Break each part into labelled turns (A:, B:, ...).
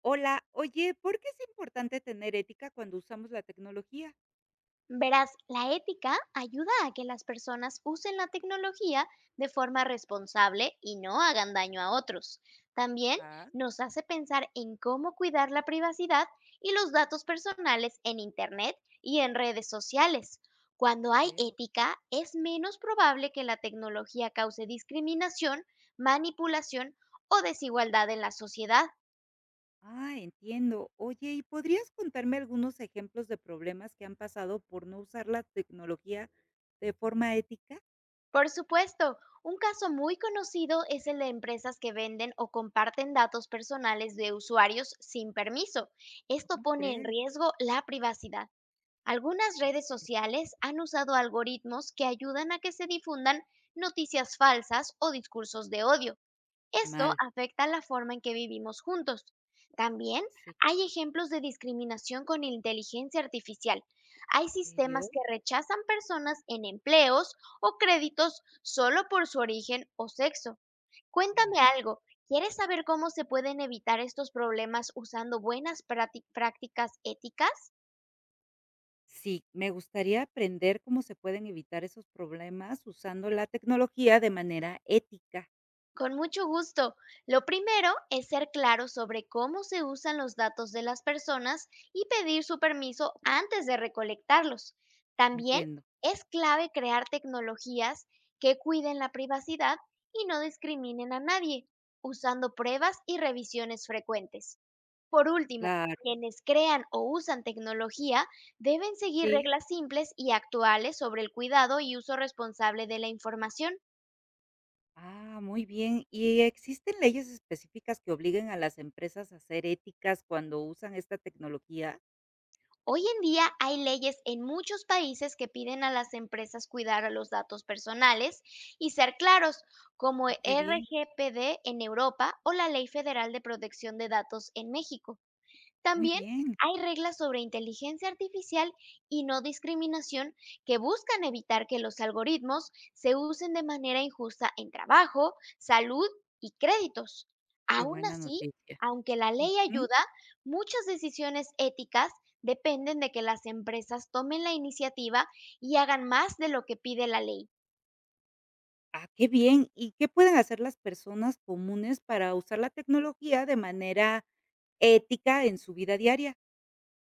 A: Hola, oye, ¿por qué es importante tener ética cuando usamos la tecnología?
B: Verás, la ética ayuda a que las personas usen la tecnología de forma responsable y no hagan daño a otros. También
A: Ajá,
B: nos hace pensar en cómo cuidar la privacidad y los datos personales en Internet y en redes sociales. Cuando
A: ya
B: hay
A: veo.
B: ética, es menos probable que la tecnología cause discriminación, manipulación o desigualdad en la sociedad.
A: Ah, entiendo. Oye, ¿y podrías contarme algunos ejemplos de problemas que han pasado por no usar la tecnología de forma ética?
B: Por supuesto, un caso muy conocido es el de empresas que venden o comparten datos personales de usuarios sin permiso. Esto
A: ¿Cómo
B: pone en
A: crees?
B: riesgo la privacidad. Algunas
A: En
B: redes
A: serio,
B: sociales han usado algoritmos que ayudan a que se difundan noticias falsas o discursos de odio. Esto
A: mal.
B: afecta la forma en que vivimos juntos. También
A: Sí.
B: hay ejemplos de discriminación con inteligencia artificial. Hay sistemas
A: ¿Serio?
B: que rechazan personas en empleos o créditos solo por su origen o sexo.
A: Muy
B: Cuéntame
A: mal.
B: algo, ¿quieres saber cómo se pueden evitar estos problemas usando buenas prácticas éticas?
A: Sí, me gustaría aprender cómo se pueden evitar esos problemas usando la tecnología de manera ética.
B: Con mucho gusto. Lo primero es ser claro sobre cómo se usan los datos de las personas y pedir su permiso antes de recolectarlos. También
A: Entiendo.
B: es clave crear tecnologías que cuiden la privacidad y no discriminen a nadie, usando pruebas y revisiones frecuentes. Por último,
A: Claro,
B: quienes crean o usan tecnología deben seguir
A: sí.
B: reglas simples y actuales sobre el cuidado y uso responsable de la información.
A: Ah, muy bien. ¿Y existen leyes específicas que obliguen a las empresas a ser éticas cuando usan esta tecnología?
B: Hoy en día hay leyes en muchos países que piden a las empresas cuidar a los datos personales y ser claros, como
A: Ah, qué bien,
B: RGPD en Europa o la Ley Federal de Protección de Datos en México.
A: muy
B: También
A: bien.
B: hay reglas sobre inteligencia artificial y no discriminación que buscan evitar que los algoritmos se usen de manera injusta en trabajo, salud y créditos.
A: Qué
B: Aún
A: buena
B: así,
A: noticia.
B: aunque la ley
A: Ujú.
B: ayuda, muchas decisiones éticas dependen de que las empresas tomen la iniciativa y hagan más de lo que pide la ley.
A: Ah, qué bien. ¿Y qué pueden hacer las personas comunes para usar la tecnología de manera ética en su vida diaria?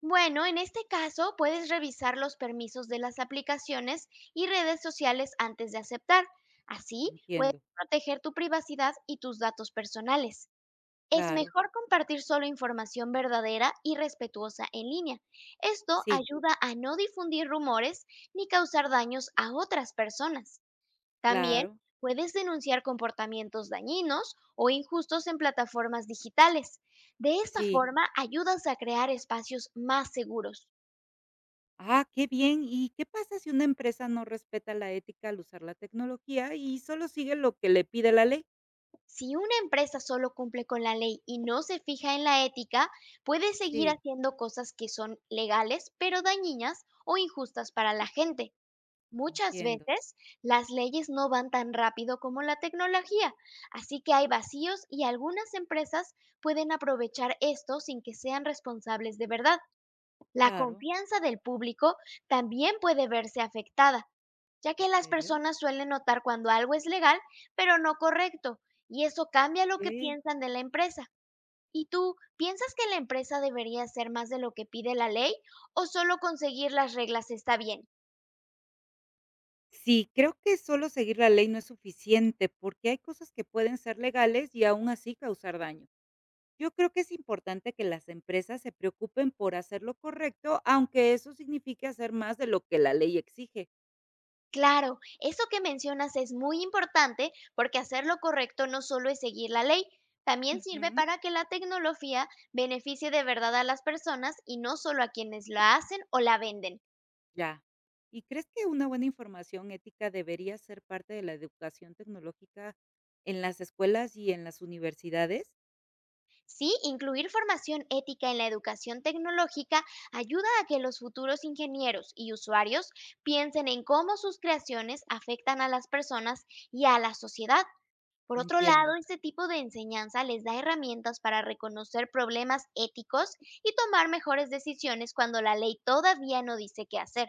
B: Bueno, en este caso puedes revisar los permisos de las aplicaciones y redes sociales antes de aceptar. Así puedes
A: Entiendo.
B: proteger tu privacidad y tus datos personales. Es
A: Claro.
B: mejor compartir solo información verdadera y respetuosa en línea. Esto
A: Sí,
B: ayuda a no difundir rumores ni causar daños a otras personas. También
A: claro,
B: puedes denunciar comportamientos dañinos o injustos en plataformas digitales. De esta
A: sí.
B: forma, ayudas a crear espacios más seguros.
A: Ah, qué bien. ¿Y qué pasa si una empresa no respeta la ética al usar la tecnología y solo sigue lo que le pide la ley?
B: Si una empresa solo cumple con la ley y no se fija en la ética, puede seguir
A: Sí,
B: haciendo cosas que son legales pero dañinas o injustas para la gente. Muchas
A: entiendo,
B: veces las leyes no van tan rápido como la tecnología, así que hay vacíos y algunas empresas pueden aprovechar esto sin que sean responsables de verdad. La
A: claro,
B: confianza del público también puede verse afectada, ya
A: ¿en
B: que las
A: serio?
B: personas suelen notar cuando algo es legal, pero no correcto, y eso cambia lo que
A: Okey.
B: piensan de la empresa. ¿Y tú piensas que la empresa debería hacer más de lo que pide la ley o solo conseguir las reglas está bien?
A: Sí, creo que solo seguir la ley no es suficiente, porque hay cosas que pueden ser legales y aún así causar daño. Yo creo que es importante que las empresas se preocupen por hacer lo correcto, aunque eso signifique hacer más de lo que la ley exige.
B: Claro, eso que mencionas es muy importante porque hacer lo correcto no solo es seguir la ley, también sirve
A: Ujú.
B: para que la tecnología beneficie de verdad a las personas y no solo a quienes la hacen o la venden.
A: Ya. ¿Y crees que una buena información ética debería ser parte de la educación tecnológica en las escuelas y en las universidades?
B: Sí, incluir formación ética en la educación tecnológica ayuda a que los futuros ingenieros y usuarios piensen en cómo sus creaciones afectan a las personas y a la sociedad. Por otro lado,
A: Entiendo,
B: este tipo de enseñanza les da herramientas para reconocer problemas éticos y tomar mejores decisiones cuando la ley todavía no dice qué hacer.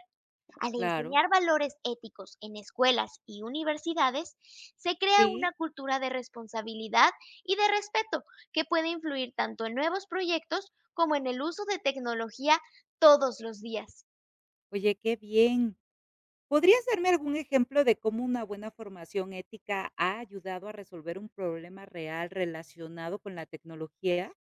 B: Al
A: claro.
B: enseñar valores éticos en escuelas y universidades, se crea una
A: Sí.
B: cultura de responsabilidad y de respeto que puede influir tanto en nuevos proyectos como en el uso de tecnología todos los días.
A: Oye, qué bien. ¿Podrías darme algún ejemplo de cómo una buena formación ética ha ayudado a resolver un problema real relacionado con la tecnología?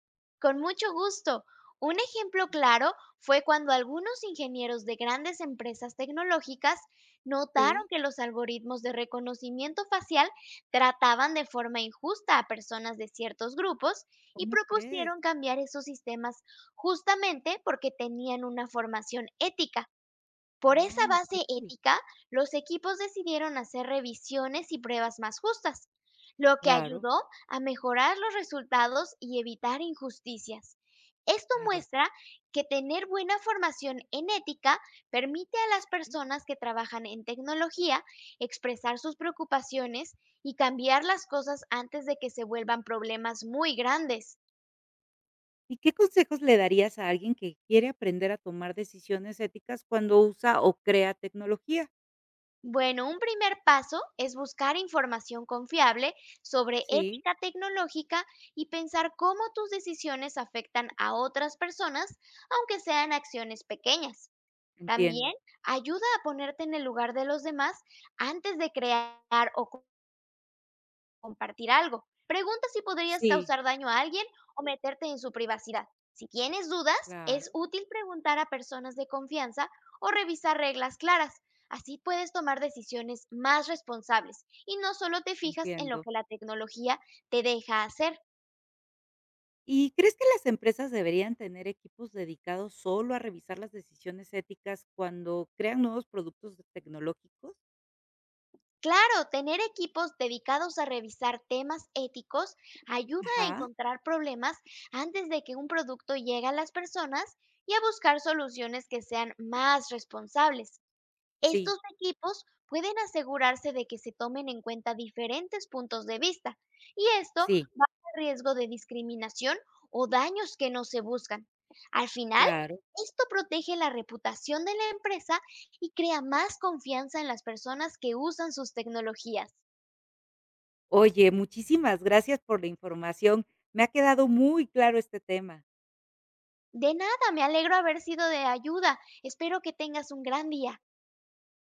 B: Con mucho gusto. Un ejemplo claro fue cuando algunos ingenieros de grandes empresas tecnológicas notaron
A: Sí,
B: que los algoritmos de reconocimiento facial trataban de forma injusta a personas de ciertos grupos y
A: ¿cómo crees?
B: propusieron cambiar esos sistemas justamente porque tenían una formación ética. Por esa
A: Ah, ok,
B: base ética, los equipos decidieron hacer revisiones y pruebas más justas, lo que
A: claro,
B: ayudó a mejorar los resultados y evitar injusticias. Esto
A: vaya,
B: muestra que tener buena formación en ética permite a las
A: sí.
B: personas que trabajan en tecnología expresar sus preocupaciones y cambiar las cosas antes de que se vuelvan problemas muy grandes.
A: ¿Y qué consejos le darías a alguien que quiere aprender a tomar decisiones éticas cuando usa o crea tecnología?
B: Bueno, un primer paso es buscar información confiable sobre
A: Sí,
B: ética tecnológica y pensar cómo tus decisiones afectan a otras personas, aunque sean acciones pequeñas. También
A: entiendo,
B: ayuda a ponerte en el lugar de los demás antes de crear o compartir algo. Pregunta si podrías
A: sí,
B: causar daño a alguien o meterte en su privacidad. Si tienes dudas, es
A: claro,
B: útil preguntar a personas de confianza o revisar reglas claras. Así puedes tomar decisiones más responsables y no solo te fijas en lo
A: entiendo.
B: que la tecnología te deja hacer.
A: ¿Y crees que las empresas deberían tener equipos dedicados solo a revisar las decisiones éticas cuando crean nuevos productos tecnológicos?
B: Claro, tener equipos dedicados a revisar temas éticos ayuda a
A: Ajá,
B: encontrar problemas antes de que un producto llegue a las personas y a buscar soluciones que sean más responsables.
A: sí,
B: Estos equipos pueden asegurarse de que se tomen en cuenta diferentes puntos de vista y esto
A: sí,
B: baja el riesgo de discriminación o daños que no se buscan. Al final,
A: claro.
B: esto protege la reputación de la empresa y crea más confianza en las personas que usan sus tecnologías.
A: Oye, muchísimas gracias por la información. Me ha quedado muy claro este tema.
B: De nada, me alegro haber sido de ayuda. Espero que tengas un gran día.